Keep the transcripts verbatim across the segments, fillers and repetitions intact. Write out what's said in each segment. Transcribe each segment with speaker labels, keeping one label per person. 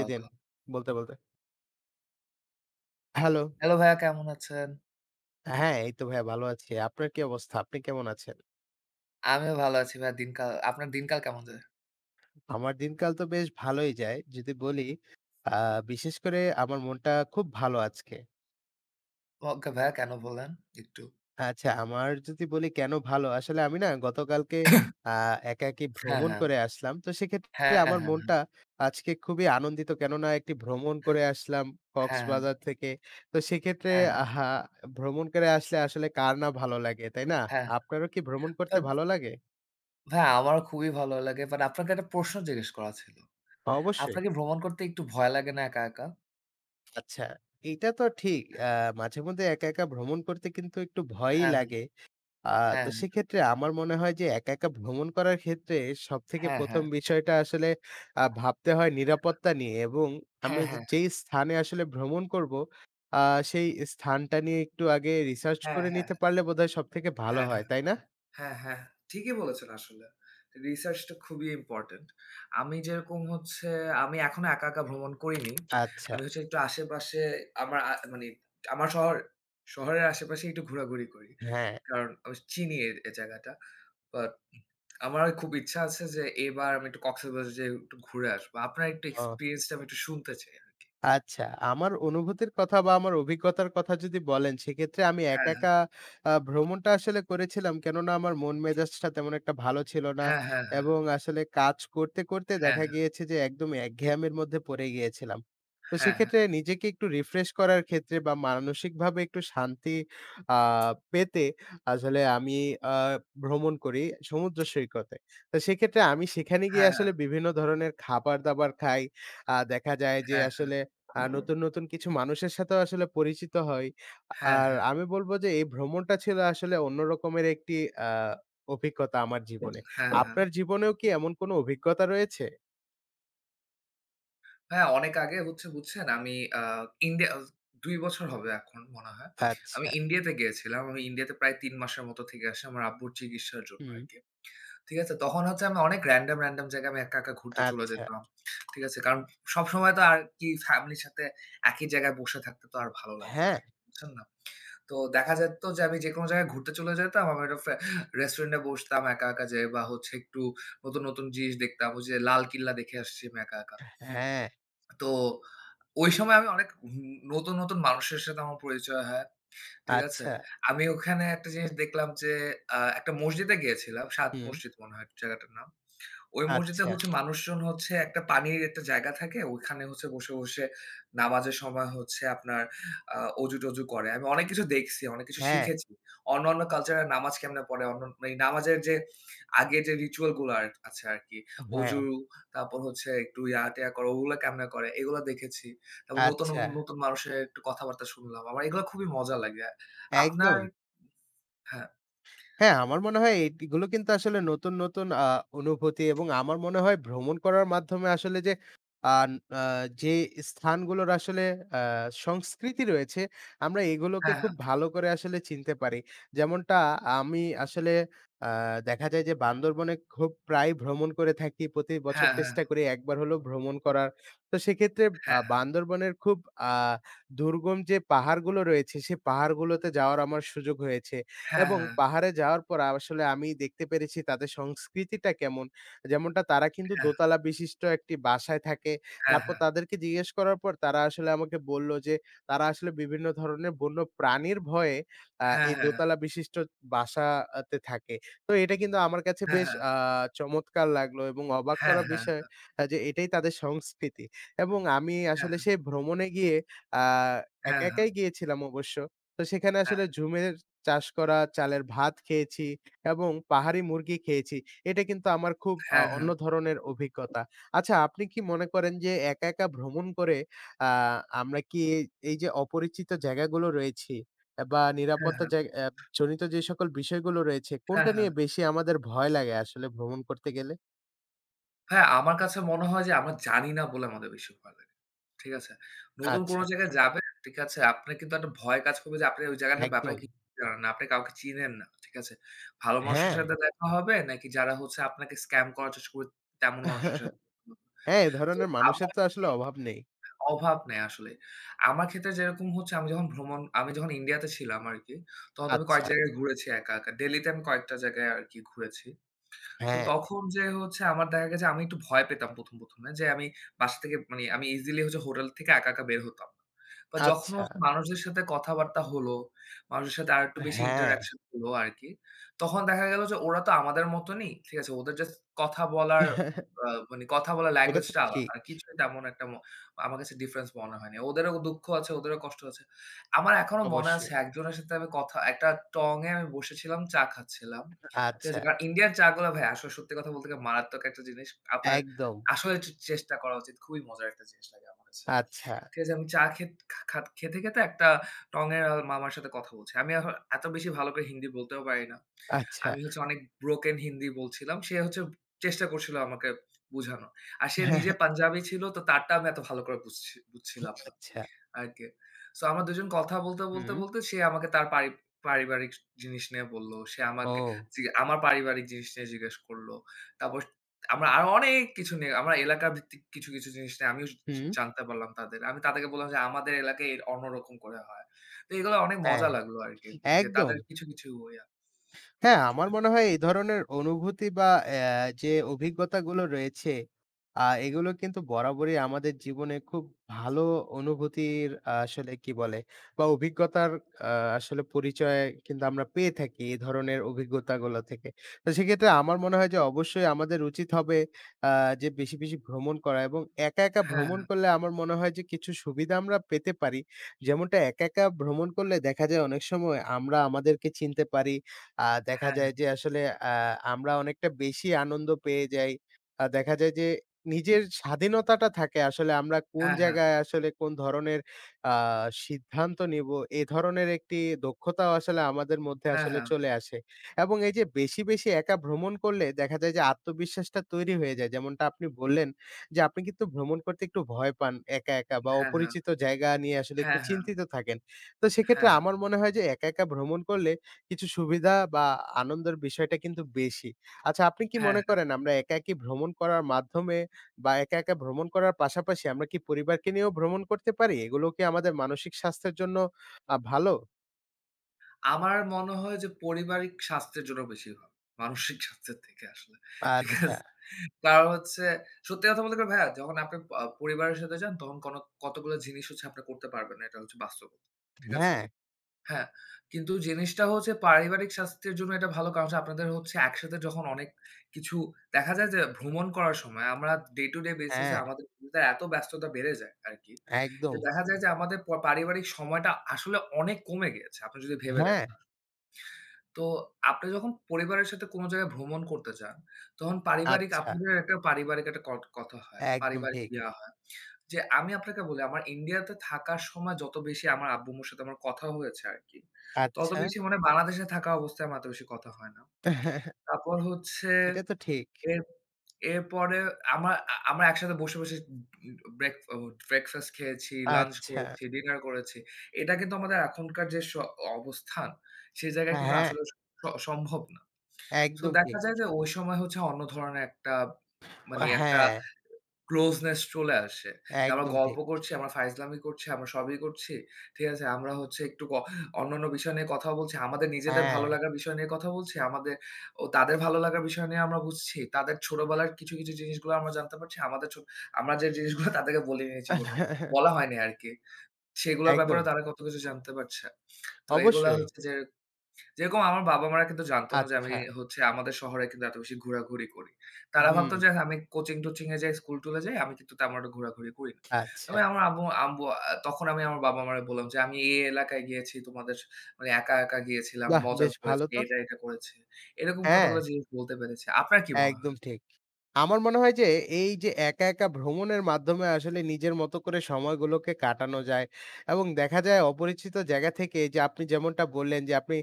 Speaker 1: এই দিন
Speaker 2: ওকে।
Speaker 1: বলতে, বলতে। হ্যালো।
Speaker 2: হ্যালো ভাইয়া কেমন আছেন?
Speaker 1: হ্যাঁ, এই তো ভাইয়া ভালো আছি। আপনার কি অবস্থা? আপনি কেমন আছেন?
Speaker 2: আমিও ভালো আছি ভাইয়া দিনকাল আপনার দিনকাল কেমন যায়?
Speaker 1: আমার দিনকাল তো বেশ ভালোই যায়। যদি বলি আ বিশেষ করে আমার মনটা খুব ভালো আজকে।
Speaker 2: ওকে ভাইয়া কেন বললেন একটু?
Speaker 1: আচ্ছা, আমার যদি বলি কেন ভালো? আসলে আমি না গতকালকে আ একা একি
Speaker 2: হ্যাঁ,
Speaker 1: ভ্রমণ
Speaker 2: হ্যাঁ।
Speaker 1: করে আসলাম। তো সেক্ষেত্রে
Speaker 2: হ্যাঁ,
Speaker 1: আমার
Speaker 2: হ্যাঁ,
Speaker 1: মনটা আজকে খুবই আনন্দিত। কেননা একটি ভ্রমণ করে আসলাম
Speaker 2: হ্যাঁ, হ্যাঁ,
Speaker 1: কক্সবাজার থেকে। তো সেক্ষেত্রে
Speaker 2: হ্যাঁ, হ্যাঁ।
Speaker 1: আহা ভ্রমণ করে আসলে আসলে কার না ভালো লাগে, তাই না?
Speaker 2: হ্যাঁ,
Speaker 1: আপনারও কি ভ্রমণ
Speaker 2: হ্যাঁ।
Speaker 1: করতে
Speaker 2: বাট
Speaker 1: ভালো লাগে?
Speaker 2: ভাইয়া আমারও খুবই ভালো লাগে। বাট আপনাকে একটা প্রশ্ন জিজ্ঞেস করা ছিল।
Speaker 1: অবশ্যই।
Speaker 2: আপনার কি ভ্রমণ করতে একটু ভয় লাগে না একা, একা?
Speaker 1: আচ্ছা, এটা তো ঠিক। আ মাঝেমধ্যে একা, একা ভ্রমণ করতে কিন্তু একটু ভয়ই
Speaker 2: হ্যাঁ, হ্যাঁ,
Speaker 1: লাগে। আ তো
Speaker 2: হ্যাঁ,
Speaker 1: সেক্ষেত্রে আমার মনে হয় যে একা, একা ভ্রমণ করার ক্ষেত্রে সবথেকে
Speaker 2: হ্যাঁ, হ্যাঁ,
Speaker 1: প্রথম
Speaker 2: হ্যাঁ,
Speaker 1: বিষয়টা আসলে আ ভাবতে হয় নিরাপত্তা নিয়ে এবং আমি
Speaker 2: হ্যাঁ,
Speaker 1: যে
Speaker 2: হ্যাঁ,
Speaker 1: যেই স্থানে আসলে ভ্রমণ করব, আ সেই স্থানটা নিয়ে একটু আগে রিসার্চ
Speaker 2: হ্যাঁ,
Speaker 1: করে
Speaker 2: হ্যাঁ,
Speaker 1: নিতে পারলে বোধহয় সবথেকে ভালো
Speaker 2: হ্যাঁ,
Speaker 1: হয়,
Speaker 2: হ্যাঁ।
Speaker 1: তাই না?
Speaker 2: হ্যাঁ, হ্যাঁ। ঠিকই বলেছেন আসলে। রিসার্চটা খুবই ইম্পোর্টেন্ট। আমি যেরকম হচ্ছে আমি এখনো একা, একা ভ্রমণ করিনি।
Speaker 1: আচ্ছা,
Speaker 2: আমি হচ্ছে একটু আশেপাশে আমার আ মানে আমার শহর শহরের আশেপাশে একটু ঘোরাঘুরি করি।
Speaker 1: হ্যাঁ।
Speaker 2: কারণ আমি চিনি এ এই জায়গাটা। বাট আমার খুব ইচ্ছা আছে যে এবার আমি একটু কক্সবাজার যেয়ে একটু ঘুরে আসবো। আপনার একটু
Speaker 1: ও
Speaker 2: এক্সপেরিয়েন্স টা আমি একটু শুনতে চাই আরকি।
Speaker 1: আচ্ছা, আমার অনুভূতির কথা বা আমার অভিজ্ঞতার কথা যদি বলেন, সেক্ষেত্রে আমি একা,
Speaker 2: হ্যাঁ, হ্যাঁ,
Speaker 1: একা আ ভ্রমণটা আসলে করেছিলাম। কেননা আমার মন মেজাজটা তেমন একটা ভালো ছিল না
Speaker 2: হ্যাঁ, হ্যাঁ,
Speaker 1: এবং আসলে কাজ করতে, করতে
Speaker 2: হ্যাঁ,
Speaker 1: দেখা
Speaker 2: হ্যাঁ,
Speaker 1: গিয়েছে যে একদম একঘেয়ামির মধ্যে পড়ে গিয়েছিলাম। তো
Speaker 2: হ্যাঁ, হ্যাঁ,
Speaker 1: সেক্ষেত্রে
Speaker 2: হ্যাঁ,
Speaker 1: নিজেকে একটু রিফ্রেশ করার ক্ষেত্রে বা মানসিকভাবে একটু শান্তি আ পেতে আসলে আমি আ ভ্রমণ করি সমুদ্র সৈকতে। তো সেক্ষেত্রে আমি সেখানে গিয়ে
Speaker 2: হ্যাঁ, হ্যাঁ,
Speaker 1: আসলে বিভিন্ন ধরনের খাবার-দাবার খাই। আ দেখা যায় যে
Speaker 2: হ্যাঁ, হ্যাঁ,
Speaker 1: আসলে আ নতুন, নতুন কিছু মানুষের সাথেও আসলে পরিচিত হই।
Speaker 2: হ্যাঁ,
Speaker 1: আর
Speaker 2: হ্যাঁ।
Speaker 1: আমি বলব যে এই ভ্রমণটা ছিল আসলে অন্য রকমের একটি আ অভিজ্ঞতা আমার জীবনে।
Speaker 2: হ্যাঁ
Speaker 1: আপনার জীবনেও কি এমন কোনো অভিজ্ঞতা রয়েছে?
Speaker 2: হ্যাঁ, অনেক আগে হচ্ছে বুঝছেন আমি আ ইন্ডিয়া আস দুই বছর হবে এখন মনে হয়। আমি
Speaker 1: আচ্ছা।
Speaker 2: ইন্ডিয়াতে গিয়েছিলাম। আমি ইন্ডিয়াতে প্রায় তিন মাসের মতো থেকে আসি আমার আব্বুর চিকিৎসার জন্য
Speaker 1: হুম,
Speaker 2: আরকি। ঠিক আছে? তখন হচ্ছে আমি অনেক র‍্যান্ডম, র‍্যান্ডম জায়গায় আমি একা, একা ঘুরতে চলে
Speaker 1: আচ্ছা।
Speaker 2: যেতাম। ঠিক আছে? কারণ সবসময় তো আর কি ফ্যামিলির সাথে একই জায়গায় বসে থাকতে তো আর ভালো লাগে না।
Speaker 1: হ্যাঁ,
Speaker 2: আর কি, বুঝছেন না? তো দেখা যেত যে আমি যেকোনো জায়গায় ঘুরতে চলে যেতাম। আমি একটা ফে রেস্টুরেন্টে বসতাম একা, একা যেয়ে বা হচ্ছে একটু নতুন, নতুন জিনিস দেখতাম। ওই যে লাল কিল্লা দেখে আসছি আমি একা, একা।
Speaker 1: হ্যাঁ,
Speaker 2: তো ওই সময় আমি অনেক উ নতুন, নতুন মানুষের সাথে আমার পরিচয় হয়। ঠিক আছে?
Speaker 1: আচ্ছা।
Speaker 2: আমি ওখানে একটা জিনিস দেখলাম যে আ একটা মসজিদে গিয়েছিলাম। 'সাদ
Speaker 1: হুম,
Speaker 2: মসজিদ' মনে হয় জায়গাটার নাম। ওই মসজিদে
Speaker 1: আচ্ছা।
Speaker 2: হচ্ছে মানুষজন হচ্ছে একটা পানির একটা জায়গা থাকে। ওইখানে হচ্ছে বসে, বসে নামাজের সময় হচ্ছে আপনার আ অজু-টজু করে। আমি অনেক কিছু দেখছি, অনেক কিছু
Speaker 1: হ্যাঁ,
Speaker 2: শিখেছি। অন্যান্য কালচারে নামাজ কেমনে পড়ে, অন্য এই নামাজের যে আগে যে রিচুয়াল গুলো আর আছে আরকি।
Speaker 1: হ্যাঁ,
Speaker 2: অজু তারপর হচ্ছে একটু ইয়া-টিয়া করা ওগুলো কেমনে করে এগুলো দেখেছি। তারপর নতুন,
Speaker 1: আচ্ছা।
Speaker 2: নতুন মানুষের একটু কথাবার্তা শুনলাম। আমার এগুলো খুবই মজা লাগে। আপনার
Speaker 1: একদম।
Speaker 2: হ্যাঁ,
Speaker 1: হ্যাঁ, আমার মনে হয় এগুলো কিন্তু আসলে নতুন, নতুন আ অনুভূতি এবং আমার মনে হয় ভ্রমণ করার মাধ্যমে আসলে যে আন আ যে স্থানগুলোর আসলে আ সংস্কৃতি রয়েছে, আমরা এগুলোকে
Speaker 2: হ্যাঁ,
Speaker 1: খুব
Speaker 2: হ্যাঁ,
Speaker 1: ভালো করে আসলে চিনতে পারি। যেমনটা আমি আসলে আ দেখা যায় যে বান্দরবনে খুব প্রায় ভ্রমণ করে থাকি। প্রতি বছর
Speaker 2: হ্যাঁ,
Speaker 1: চেষ্টা করি একবার হলেও ভ্রমণ করার। তো সেক্ষেত্রে আ
Speaker 2: হ্যাঁ, হ্যাঁ, হ্যাঁ,
Speaker 1: বান্দরবনের খুব আ দুর্গম যে পাহাড়গুলো রয়েছে, সে পাহাড়গুলোতে যাওয়ার আমার সুযোগ হয়েছে। এবং
Speaker 2: হ্যাঁ,
Speaker 1: পাহাড়ে যাওয়ার পর আসলে আমি দেখতে পেরেছি তাদের সংস্কৃতিটা কেমন। যেমনটা তারা কিন্তু
Speaker 2: হ্যাঁ,
Speaker 1: দোতলা বিশিষ্ট একটি বাসায় থাকে।
Speaker 2: হ্যাঁ,
Speaker 1: তারপর
Speaker 2: হ্যাঁ, হ্যাঁ,
Speaker 1: তাদেরকে জিজ্ঞেস করার পর তারা আসলে আমাকে বলল যে, তারা আসলে বিভিন্ন ধরনের বন্য প্রাণীর ভয়ে আ
Speaker 2: হ্যাঁ,
Speaker 1: এই
Speaker 2: হ্যাঁ,
Speaker 1: দোতলা বিশিষ্ট বাসা আতে থাকে। তো এটা কিন্তু আমার কাছে
Speaker 2: হ্যাঁ,
Speaker 1: বেশ
Speaker 2: হ্যাঁ।
Speaker 1: আ চমৎকার লাগলো এবং অবাক
Speaker 2: হ্যাঁ,
Speaker 1: করা
Speaker 2: হ্যাঁ,
Speaker 1: বিষয় আ যে এটাই তাদের সংস্কৃতি। এবং আমি
Speaker 2: হ্যাঁ,
Speaker 1: আসলে সেই ভ্রমণে গিয়ে আ একা,
Speaker 2: হ্যাঁ, হ্যাঁ,
Speaker 1: একাই গিয়েছিলাম অবশ্য। তো সেখানে
Speaker 2: হ্যাঁ,
Speaker 1: আসলে ঝুমের চাষ করা চালের ভাত খেয়েছি এবং পাহাড়ি মুরগি খেয়েছি। এটা কিন্তু আমার খুব আ
Speaker 2: হ্যাঁ, হ্যাঁ,
Speaker 1: অন্য
Speaker 2: হ্যাঁ,
Speaker 1: ধরনের অভিজ্ঞতা। আচ্ছা আপনি কি মনে করেন যে একা, একা ভ্রমণ করে আ আমরা কি এই যে অপরিচিত জায়গাগুলো রয়েছি বা
Speaker 2: হ্যাঁ,
Speaker 1: নিরাপত্তা
Speaker 2: হ্যাঁ।
Speaker 1: জায় অ্যা জনিত যে সকল বিষয়গুলো রয়েছে,
Speaker 2: হ্যাঁ,
Speaker 1: কোনটা নিয়ে বেশি আমাদের ভয় লাগে আসলে ভ্রমণ করতে গেলে?
Speaker 2: হ্যাঁ, আমার কাছে মনে হয় যে আমরা জানি না বলে আমাদের বেশি ভয় লাগে। ঠিক আছে? নতুন কোন
Speaker 1: আচ্ছা,
Speaker 2: জায়গায় যাবেন, ঠিক আছে? আপনার কিন্তু একটা ভয় কাজ করবে যে আপনি ওই জায়গাটার ব্যাপারে
Speaker 1: একদম।
Speaker 2: কিছু জানেন না। আপনি কাউকে চিনেন না। ঠিক আছে? ভালো মানুষের
Speaker 1: হ্যাঁ।
Speaker 2: সাথে দেখা হবে নাকি যারা হচ্ছে আপনাকে স্ক্যাম করার চেষ্টা করবে তেমন মানুষের সাথে দেখা হবে।
Speaker 1: হ্যাঁ, এ
Speaker 2: তো
Speaker 1: ধরনের মানুষের
Speaker 2: আমার
Speaker 1: তো আসলে
Speaker 2: ক্ষেত্রে
Speaker 1: অভাব নেই।
Speaker 2: অভাব নেই আসলে। আমার ক্ষেত্রে যেরকম হচ্ছে আমি যখন ভ্রমণ আমি যখন ইন্ডিয়াতে ছিলাম আরকি, তখন তো আমি কয়েক
Speaker 1: আচ্ছা,
Speaker 2: জায়গায় ঘুরেছি একা, একা। দিল্লিতে আমি কয়েকটা জায়গায় আরকি ঘুরেছি। তো
Speaker 1: হ্যাঁ,
Speaker 2: তখন যে হচ্ছে আমার দেখা গেছে আমি একটু ভয় পেতাম প্রথম, প্রথম এ যে আমি বাসা থেকে মানে আমি ইজিলি হচ্ছে হোটেল থেকে একা, একা বের হতাম না। বা যখন
Speaker 1: আচ্ছা,
Speaker 2: হচ্ছে মানুষদের সাথে কথাবার্তা হলো, মানুষের সাথে আরেকটু বেশি
Speaker 1: হ্যাঁ।
Speaker 2: ইন্টারেকশন হলো আরকি। তখন দেখা গেল যে ওরা তো আমাদের মতনই। ঠিক আছে? ওদের জাস্ট কথা বলার আ মানে কথা বলার
Speaker 1: এটা
Speaker 2: ল্যাঙ্গুয়েজ
Speaker 1: তো
Speaker 2: টা আলাদা।
Speaker 1: ঠিক।
Speaker 2: আর কিছুই তেমন একটা ম আমার কাছে ডিফারেন্স মনে হয়নি। ওদেরও দুঃখ আছে, ওদেরও কষ্ট আছে। আমার এখনো মনে আছে
Speaker 1: অবশ্যই।
Speaker 2: একজনের সাথে আমি কথা একটা টং এ আমি বসেছিলাম, চা খাচ্ছিলাম। ঠিক
Speaker 1: আচ্ছা,
Speaker 2: আছে? কারণ ইন্ডিয়ান চা গুলা ভাই আসলে সত্যি কথা বলতে গেলে মারাত্মক একটা জিনিস। আপনার
Speaker 1: একদম।
Speaker 2: আসলে চে চেষ্টা করা উচিত। খুবই মজার একটা জিনিস লাগে আমার কাছে।
Speaker 1: আচ্ছা,
Speaker 2: ঠিক আছে? আমি চা খেত খা খা খেতে, খেতে একটা টং এর আ মামার সাথে কথা বলছি। আমি এখন এত বেশি ভালো করে হিন্দি বলতেও পারি না।
Speaker 1: আচ্ছা,
Speaker 2: আমি হচ্ছে অনেক ব্রোকেন হিন্দি বলছিলাম। সে হচ্ছে চেষ্টা করছিল আমাকে বুঝানোর। আর সে নিজে পাঞ্জাবি ছিল তো তারটা আমি এত ভালো করে বুঝছি বুঝছিলাম না।
Speaker 1: আচ্ছা।
Speaker 2: আরকি। সো আমরা দুই জন কথা বলতে, বলতে,
Speaker 1: হুম।
Speaker 2: বলতে সে আমাকে তার পারি পারিবারিক জিনিস নিয়ে বলল। সে আমাকে
Speaker 1: ও!
Speaker 2: জি আমার পারিবারিক জিনিস নিয়ে জিজ্ঞেস করলো। তারপর আমরা আরো অনেক কিছু নিয়ে আমরা এলাকা ভিত্তিক কিছু, কিছু, জিনিস নিয়ে আমিও জ
Speaker 1: হুম।
Speaker 2: জানতে পারলাম তাদের। আমি তাদেরকে বললাম যে আমাদের এলাকায় এর অন্যরকম করে হয়। তো এগুলো অনেক
Speaker 1: হ্যাঁ,
Speaker 2: মজা লাগলো আরকি। যে
Speaker 1: একদম।
Speaker 2: তাদের কিছু, কিছু, ইয়া
Speaker 1: হ্যাঁ, আমার মনে হয় এই ধরনের অনুভূতি বা অ্যা যে অভিজ্ঞতাগুলো রয়েছে, আ এগুলো কিন্তু বরাবরই আমাদের জীবনে খুব ভালো অনুভূতির আ আসলে কি বলে? বা অভিজ্ঞতার আ আসলে পরিচয় কিন্তু আমরা পেয়ে থাকি এই ধরনের অভিজ্ঞতাগুলো থেকে। তো সেক্ষেত্রে আমার মনে হয় যে অবশ্যই আমাদের উচিত হবে আ যে বেশি, বেশি ভ্রমণ করা এবং একা, একা
Speaker 2: হ্যাঁ,
Speaker 1: ভ্রমণ করলে আমার মনে হয় যে কিছু সুবিধা আমরা পেতে পারি। যেমনটা একা, একা ভ্রমণ করলে দেখা যায় অনেক সময় আমরা আমাদেরকে চিনতে পারি। আ দেখা
Speaker 2: হ্যাঁ,
Speaker 1: যায় যে আসলে আ আমরা অনেকটা বেশি আনন্দ পেয়ে যাই। আ দেখা যায় যে নিজের স্বাধীনতাটা থাকে আসলে আমরা কোন
Speaker 2: হ্যাঁ, হ্যাঁ,
Speaker 1: জায়গায় আসলে কোন ধরনের আ সিদ্ধান্ত নিবো, এ ধরনের একটি দক্ষতাও আসলে আমাদের মধ্যে
Speaker 2: হ্যাঁ,
Speaker 1: আসলে
Speaker 2: হ্যাঁ,
Speaker 1: চলে আসে। এবং এই যে বেশি, বেশি একা ভ্রমণ করলে দেখা যায় যে আত্মবিশ্বাসটা তৈরি হয়ে যায়। যেমনটা আপনি বললেন যে আপনি কিন্তু ভ্রমণ করতে একটু ভয় পান একা, একা বা
Speaker 2: হ্যাঁ, হ্যাঁ,
Speaker 1: অপরিচিত জায়গা নিয়ে আসলে একটু
Speaker 2: হ্যাঁ, হ্যাঁ, হ্যাঁ,
Speaker 1: চিন্তিত থাকেন। তো সেক্ষেত্রে
Speaker 2: হ্যাঁ, হ্যাঁ,
Speaker 1: আমার মনে হয় যে একা, একা ভ্রমণ করলে কিছু সুবিধা বা আনন্দের বিষয়টা কিন্তু বেশি। আচ্ছা আপনি কি
Speaker 2: হ্যাঁ।
Speaker 1: মনে করেন আমরা একা, একি ভ্রমণ করার মাধ্যমে বা একা, একা ভ্রমণ করার পাশাপাশি আমরা কি পরিবারকে নিয়েও ভ্রমণ করতে পারি? এগুলো কি আমাদের মানসিক স্বাস্থ্যের জন্য আ ভালো?
Speaker 2: আমার মনে হয় যে পারিবারিক স্বাস্থ্যের জন্য বেশি ভালো। মানসিক স্বাস্থ্যের থেকে আসলে। ঠিক
Speaker 1: আচ্ছা।
Speaker 2: আছে? কারণ হচ্ছে সত্যি কথা বলতে গেলে ভাইয়া যখন আপনি আ পরিবারের সাথে যান তখন কোন কতগুলো জিনিস হচ্ছে আপনি করতে পারবেন না। এটা হচ্ছে বাস্তবতা। ঠিক আছে?
Speaker 1: হ্যাঁ,
Speaker 2: হ্যাঁ। কিন্তু জিনিসটা হচ্ছে পারিবারিক স্বাস্থ্যের জন্য এটা ভালো কারণ হচ্ছে আপনাদের হচ্ছে একসাথে যখন অনেক কিছু দেখা যায় যে ভ্রমণ করার সময় আমরা ডে টু ডে বেসিস এ
Speaker 1: হ্যাঁ,
Speaker 2: আমাদের এত ব্যস্ততা বেড়ে যায় আরকি। যে
Speaker 1: একদম।
Speaker 2: দেখা যায় যে আমাদের প পারিবারিক সময়টা আসলে অনেক কমে গিয়েছে। আপনি যদি ভেবে
Speaker 1: হ্যাঁ,
Speaker 2: দেখেন। তো আপনি যখন পরিবারের সাথে কোন জায়গায় ভ্রমণ করতে যান, তখন পারিবারিক
Speaker 1: আচ্ছা।
Speaker 2: আপনাদের একটা পারিবারিক একটা কট কথা হয়।
Speaker 1: একদম
Speaker 2: পারিবারিক
Speaker 1: ঠিক।
Speaker 2: ইয়া হয়। যে আমি আপনাকে বলি আমার ইন্ডিয়াতে থাকার সময় যত বেশি আমার আব্বু-আম্মুর সাথে আমার কথা হয়েছে আরকি, তত
Speaker 1: আচ্ছা।
Speaker 2: বেশি মানে বাংলাদেশে থাকা অবস্থায় আমার এত বেশি কথা হয় না। তারপর হচ্ছে
Speaker 1: এটা তো ঠিক।
Speaker 2: এর এরপরে আমা আ আমরা একসাথে বসে, বসে ব্রেক ও ব্রেকফাস্ট খেয়েছি, লাঞ্চ
Speaker 1: আচ্ছা।
Speaker 2: করেছি, ডিনার করেছি। এটা কিন্তু আমাদের এখনকার যে স অবস্থান, সেই জায়গায় কিন্তু
Speaker 1: হ্যাঁ,
Speaker 2: আসলে স সম্ভব না। সো
Speaker 1: একদম
Speaker 2: দেখা
Speaker 1: ঠিক।
Speaker 2: যায় যে ওই সময় হচ্ছে অন্য ধরনের একটা মানে একটা
Speaker 1: হ্যাঁ,
Speaker 2: ক্লোজনেস চলে আসে। যে আমরা
Speaker 1: একদম
Speaker 2: গল্প
Speaker 1: ঠিক।
Speaker 2: করছি, আমরা ফাইজলামি করছি, আমরা সবই করছি। ঠিক আছে? আমরা হচ্ছে একটু ক অন্যান্য বিষয় নিয়ে কথা বলছি। আমাদের নিজেদের
Speaker 1: হ্যাঁ।
Speaker 2: ভালো লাগার বিষয় নিয়ে কথা বলছি। আমাদের ও তাদের ভালো লাগার বিষয় নিয়ে আমরা বুঝছি। তাদের ছোটবেলার কিছু, কিছু জিনিসগুলো আমরা জানতে পারছি। আমাদের ছো আমরা যে জিনিসগুলো তাদেরকে বলিনি জীবনেও। বলা হয়নি আরকি। সেগুলোর
Speaker 1: একদম।
Speaker 2: ব্যাপারেও তারা কত কিছু জানতে পারছে। তো এগুলা
Speaker 1: অবশ্যই।
Speaker 2: হচ্ছে যে যেরকম আমার বাবা-মারা কিন্তু জানতো না যে আমি
Speaker 1: আচ্ছা।
Speaker 2: হচ্ছে আমাদের শহরে কিন্তু এত বেশি ঘোরাঘুরি করি। তারা
Speaker 1: হুম,
Speaker 2: ভাবতো যে আমি কোচিং-টোচিং এ যাই, স্কুল-টুলে যাই, আমি কিন্তু তেমন একটা ঘোরাঘুরি করি না।
Speaker 1: আচ্ছা।
Speaker 2: তবে আমার আম্মু আম্মু আ তখন আমি আমার বাবা-মারে বললাম যে, "আমি এই এলাকায় গিয়েছি, তোমাদের মানে একা, একা গিয়েছিলাম,
Speaker 1: বাহ!
Speaker 2: মজা
Speaker 1: বেশ ভালো
Speaker 2: হয়েছে,
Speaker 1: তো।
Speaker 2: এটা, এটা করেছি।" এরকম
Speaker 1: হ্যাঁ,
Speaker 2: কতগুলো জিনিস বলতে পেরেছি। আপনার কি মনে
Speaker 1: একদম
Speaker 2: হয়?
Speaker 1: ঠিক। আমার মনে হয় যে এই যে একা, একা ভ্রমণের মাধ্যমে আসলে নিজের মতো করে সময়গুলোকে কাটানো যায় এবং দেখা যায় অপরিচিত জায়গা থেকে যে আপনি যেমনটা বললেন যে আপনি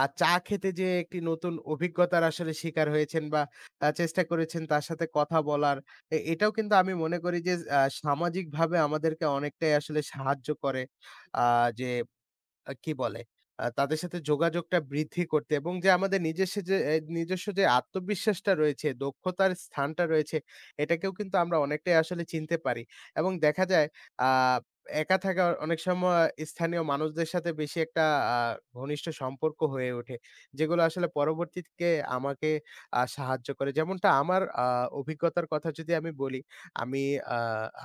Speaker 1: আ চা খেতে যেয়ে একটি নতুন অভিজ্ঞতার আসলে শিকার হয়েছেন বা আ চেষ্টা করেছেন তার সাথে কথা বলার। এ এটাও কিন্তু আমি মনে করি যে আ সামাজিকভাবে আমাদেরকে অনেকটাই আসলে সাহায্য করে। আ যে আ কি বলে? আ তাদের সাথে যোগাযোগটা বৃদ্ধি করতে এবং যে আমাদের নিজস্ব যে এ নিজস্ব যে আত্মবিশ্বাসটা রয়েছে, দক্ষতার স্থানটা রয়েছে, এটাকেও কিন্তু আমরা অনেকটাই আসলে চিনতে পারি। এবং দেখা যায় আ একা থাকা অনেক সময় স্থানীয় মানুষদের সাথে বেশি একটা আ ঘনিষ্ঠ সম্পর্ক হয়ে ওঠে। যেগুলো আসলে পরবর্তীতে আমাকে আ সাহায্য করে। যেমনটা আমার আ অভিজ্ঞতার কথা যদি আমি বলি, আমি আ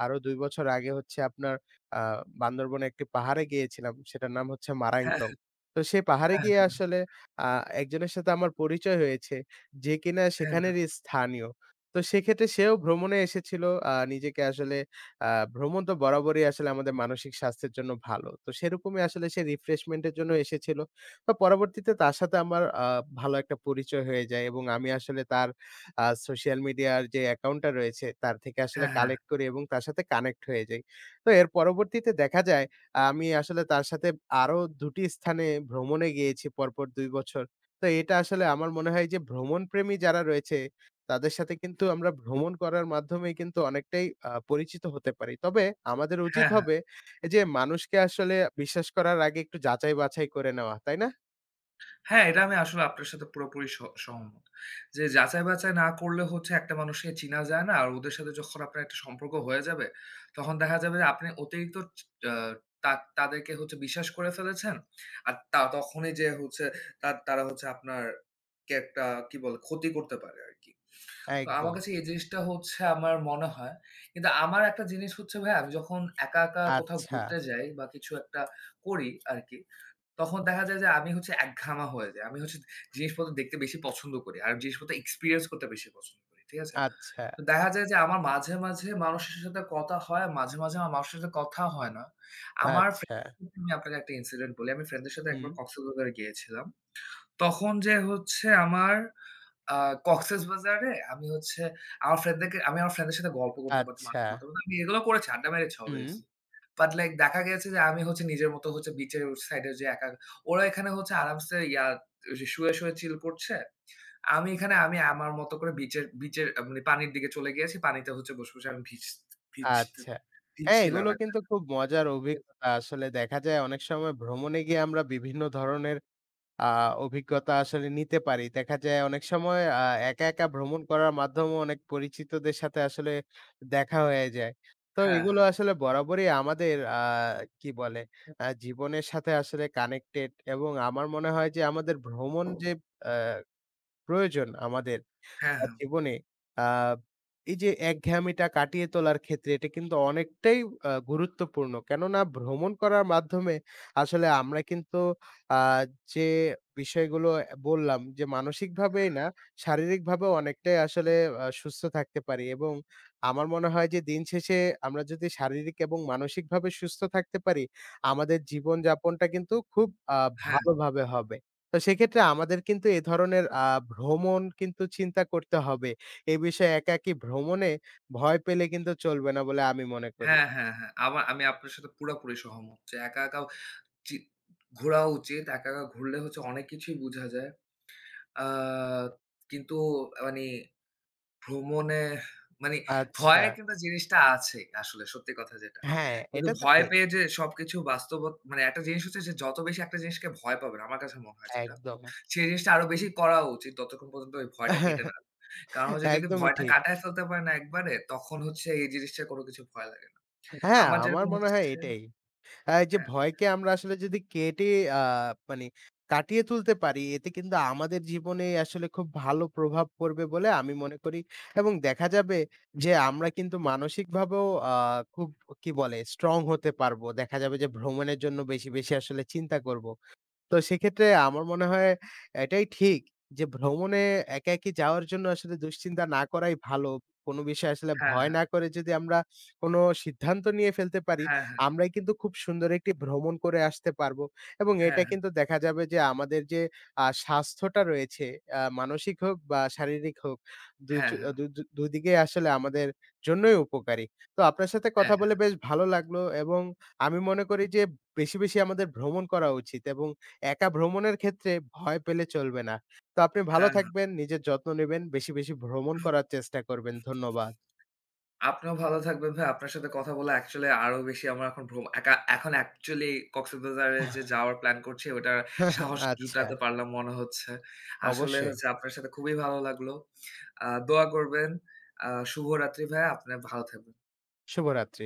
Speaker 1: আরো দুই বছর আগে হচ্ছে আপনার আ বান্দরবনে একটি পাহাড়ে গিয়েছিলাম। সেটার নাম হচ্ছে
Speaker 2: হ্যাঁ,
Speaker 1: মারাংতং। তো সেই পাহাড়ে
Speaker 2: হ্যাঁ,
Speaker 1: গিয়ে আসলে আ একজনের সাথে আমার পরিচয় হয়েছে, যে কিনা
Speaker 2: হ্যাঁ,
Speaker 1: সেখানেরই স্থানীয়। তো সেক্ষেত্রে সেও ভ্রমণে এসেছিল। আ নিজেকে আসলে আ ভ্রমণ তো বরাবরই আসলে আমাদের মানসিক স্বাস্থ্যের জন্য ভালো। তো সেরকমই আসলে সে রিফ্রেশমেন্ট এর জন্য এসেছিল। তো পরবর্তীতে তার সাথে আমার আ ভালো একটা পরিচয় হয়ে যায় এবং আমি আসলে তার আ সোশ্যাল মিডিয়ার যে অ্যাকাউন্টটা রয়েছে, তার থেকে আসলে
Speaker 2: হ্যাঁ, হ্যাঁ,
Speaker 1: কালেক্ট করি এবং তার সাথে কানেক্ট হয়ে যাই। তো এর পরবর্তীতে দেখা যায় আমি আসলে তার সাথে আরো দুটি স্থানে ভ্রমণে গিয়েছি পরপর দুই বছর। তো এটা আসলে আমার মনে হয় যে ভ্রমণপ্রেমী যারা রয়েছে তাদের সাথে কিন্তু আমরা ভ্রমণ করার মাধ্যমে কিন্তু অনেকটাই আ পরিচিত হতে পারি। তবে আমাদের উচিত
Speaker 2: হ্যাঁ।
Speaker 1: হবে যে মানুষকে আসলে বিশ্বাস করার আগে একটু যাচাই-বাছাই করে নেওয়া, তাই না?
Speaker 2: হ্যাঁ, এটা আমি আসলে আপনার সাথে পুরোপুরি স সহমত। যে যাচাই-বাচাই না করলে হচ্ছে একটা মানুষকে চিনা যায় না। আর ওদের সাথে যখন আপনার একটা সম্পর্ক হয়ে যাবে, তখন দেখা যাবে যে আপনি অতিরিক্ত চ আ তা তাদেরকে হচ্ছে বিশ্বাস করে ফেলেছেন। আর তা তখনই যে হচ্ছে তা তারা হচ্ছে আপনার কে একটা কি বলে ক্ষতি করতে পারে আরকি। তো আমার
Speaker 1: একদম।
Speaker 2: কাছে এই জিনিসটা হচ্ছে আমার মনে হয়। কিন্তু আমার একটা জিনিস হচ্ছে ভাই আমি যখন একা, একা কোথাও
Speaker 1: আচ্ছা,
Speaker 2: ঘুরতে যাই বা কিছু একটা করি আরকি তখন দেখা যায় যে আমি হচ্ছে একঘামা হয়ে যাই। আমি হচ্ছে জিনিসপত্র দেখতে বেশি পছন্দ করি। আর জিনিসপত্র এক্সপেরিয়েন্স করতে বেশি পছন্দ করি। ঠিক আছে?
Speaker 1: আচ্ছা,
Speaker 2: তো দেখা যায় যে আমার মাঝে, মাঝে মানুষের সাথে কথা হয়, মাঝে, মাঝে আমার মানুষের সাথে কথা হয় না। আমার ফ্রেন্ড
Speaker 1: আচ্ছা,
Speaker 2: আমি আপনাকে একটা ইনসিডেন্ট বলি। আমি ফ্রেন্ডদের সাথে
Speaker 1: হুম,
Speaker 2: একবার কক্সবাজারে গিয়েছিলাম। তখন যে হচ্ছে আমার আ কক্সেসবাজারে আমি হচ্ছে আমার ফ্রেন্ডদেরকে আমি আমার ফ্রেন্ডদের সাথে গল্প করতে পারতাম,
Speaker 1: আচ্ছা,
Speaker 2: আড্ডা মারতাম। আমি এগুলো করেছি, আড্ডা মেরেছি
Speaker 1: হুম।
Speaker 2: obviously। বাট লাইক দেখা গেছে যে আমি হচ্ছে নিজের মতো হচ্ছে বিচের সাইডে যেয়ে একা ওরা এখানে হচ্ছে আরামসে ইয়া সে শুয়ে, শুয়ে চিল করছে। আমি এখানে আমি আমার মতো করে বিচের বিচের আ মানে পানির দিকে চলে গিয়েছি। পানিতে হচ্ছে বসে, বসে আমি ভিজ ভিজতে
Speaker 1: আচ্ছা। হ্যাঁ,
Speaker 2: ভিজছিলাম
Speaker 1: এগুলো
Speaker 2: আরকি।
Speaker 1: কিন্তু খুব মজার অভিজ্ঞতা। আসলে দেখা যায় অনেক সময় ভ্রমণে গিয়ে আমরা বিভিন্ন ধরনের আ অভিজ্ঞতা আসলে নিতে পারি। দেখা যায় অনেক সময় আ একা, একা ভ্রমণ করার মাধ্যমেও অনেক পরিচিতদের সাথে আসলে দেখা হয়ে যায়। তো
Speaker 2: হ্যাঁ,
Speaker 1: এগুলো
Speaker 2: হ্যাঁ।
Speaker 1: আসলে বরাবরই আমাদের আ কি বলে আ জীবনের সাথে আসলে কানেক্টেড এবং আমার মনে হয় যে আমাদের ভ্রমণ যে আ প্রয়োজন আমাদের
Speaker 2: হ্যাঁ,
Speaker 1: আ
Speaker 2: হ্যাঁ।
Speaker 1: জীবনে আ এই যে একঘেয়েমিটা কাটিয়ে তোলার ক্ষেত্রে এটা কিন্তু অনেকটাই আ গুরুত্বপূর্ণ। কেননা ভ্রমণ করার মাধ্যমে আসলে আমরা কিন্তু আ যে বিষয়গুলো অ্যা বললাম যে মানসিকভাবেই না, শারীরিকভাবেও অনেকটাই আসলে আ সুস্থ থাকতে পারি এবং আমার মনে হয় যে দিন শেষে আমরা যদি শারীরিক এবং মানসিকভাবে সুস্থ থাকতে পারি, আমাদের জীবনযাপনটা কিন্তু খুব আ
Speaker 2: হ্যাঁ,
Speaker 1: ভালোভাবে হবে। তো সেক্ষেত্রে আমাদের কিন্তু এ ধরনের আ ভ্রমণ কিন্তু চিন্তা করতে হবে। এ বিষয়ে একাকী ভ্রমণে ভয় পেলে কিন্তু চলবে না বলে আমি মনে করি।
Speaker 2: হ্যাঁ, হ্যাঁ, হ্যাঁ। আমার আমি আপনার সাথে পুরাপুরি সহমত যে একা, একা জি, ঘোরা উচিত। একা, একা ঘুরলে হচ্ছে অনেক কিছুই বুঝা যায়। আ কিন্তু মানে ভ্রমণে মানে
Speaker 1: আচ্ছা।
Speaker 2: ভয়ের কিন্তু জিনিসটা আছে আসলে সত্যি কথা যেটা।
Speaker 1: হ্যাঁ,
Speaker 2: কিন্তু
Speaker 1: এটা তো
Speaker 2: ভয়
Speaker 1: ঠিক।
Speaker 2: পেয়ে যে সবকিছু বাস্তব মানে একটা জিনিস হচ্ছে যে যত বেশি একটা জিনিসকে ভয় পাবেন আমার কাছে মনে হয় যেটা।
Speaker 1: একদম।
Speaker 2: সেই জিনিসটা আরো বেশি করা উচিত ততক্ষণ পর্যন্ত ওই ভয়টা কেটে না যায়। কারণ হচ্ছে যদি
Speaker 1: একদমই
Speaker 2: ভয়টা
Speaker 1: ঠিক।
Speaker 2: কাটায় ফেলতে পারেন একবারে তখন হচ্ছে এই জিনিসটার কোনো কিছু ভয় লাগে না।
Speaker 1: হ্যাঁ,
Speaker 2: আমার
Speaker 1: আমার
Speaker 2: যেরকম
Speaker 1: মনে হয়
Speaker 2: হচ্ছে।
Speaker 1: এটাই। আ এই যে
Speaker 2: হ্যাঁ,
Speaker 1: ভয়কে আমরা আসলে যদি কেটে আ মানে কাটিয়ে তুলতে পারি, এতে কিন্তু আমাদের জীবনে আসলে খুব ভালো প্রভাব পড়বে বলে আমি মনে করি। এবং দেখা যাবে যে আমরা কিন্তু মানসিকভাবেও আ খুব কি বলে স্ট্রং হতে পারবো। দেখা যাবে যে ভ্রমণের জন্য বেশি, বেশি আসলে চিন্তা করব। তো সেক্ষেত্রে আমার মনে হয় এটাই ঠিক যে ভ্রমণে একা, একি যাওয়ার জন্য আসলে দুশ্চিন্তা না করাই ভালো। কোনো বিষয়ে আসলে
Speaker 2: হ্যাঁ,
Speaker 1: ভয়
Speaker 2: হ্যাঁ,
Speaker 1: না করে যদি আমরা কোনো সিদ্ধান্ত নিয়ে ফেলতে পারি,
Speaker 2: হ্যাঁ, হ্যাঁ,
Speaker 1: আমরাই কিন্তু খুব সুন্দর একটি ভ্রমণ করে আসতে পারবো এবং
Speaker 2: হ্যাঁ,
Speaker 1: এটা
Speaker 2: হ্যাঁ, হ্যাঁ,
Speaker 1: কিন্তু দেখা যাবে যে আমাদের যে আ স্বাস্থ্যটা রয়েছে আ মানসিক হোক বা শারীরিক হোক, দুজ
Speaker 2: হ্যাঁ,
Speaker 1: আ
Speaker 2: হ্যাঁ।
Speaker 1: দু দু দুদিকেই আসলে আমাদের জন্যই উপকারী। তো আপনার সাথে কথা বলে বেশ ভালো লাগলো এবং আমি মনে করি যে বেশি, বেশি আমাদের ভ্রমণ করা উচিত এবং একা ভ্রমণের ক্ষেত্রে ভয় পেলে চলবে না। তো আপনি ভালো
Speaker 2: হ্যাঁ, হ্যাঁ।
Speaker 1: থাকবেন, নিজের যত্ন নিবেন, বেশি, বেশি ভ্রমণ করার চেষ্টা করবেন। ধন্যবাদ।
Speaker 2: আপনিও ভালো থাকবেন ভাই। আপনার সাথে কথা বলে অ্যাকচুয়ালি আরো বেশি আমার এখন ভ্রম একা এখন অ্যাকচুয়ালি কক্সবাজারে যে যাওয়ার প্ল্যান করছি ওটার সাহস
Speaker 1: আচ্ছা,
Speaker 2: জুটাতে পারলাম মনে হচ্ছে। আসলে
Speaker 1: অবশ্যই।
Speaker 2: হচ্ছে আপনার সাথে খুবই ভালো লাগলো। আ দোয়া করবেন। আ শুভরাত্রি ভাইয়া। আপনি ভালো থাকবেন।
Speaker 1: শুভরাত্রি।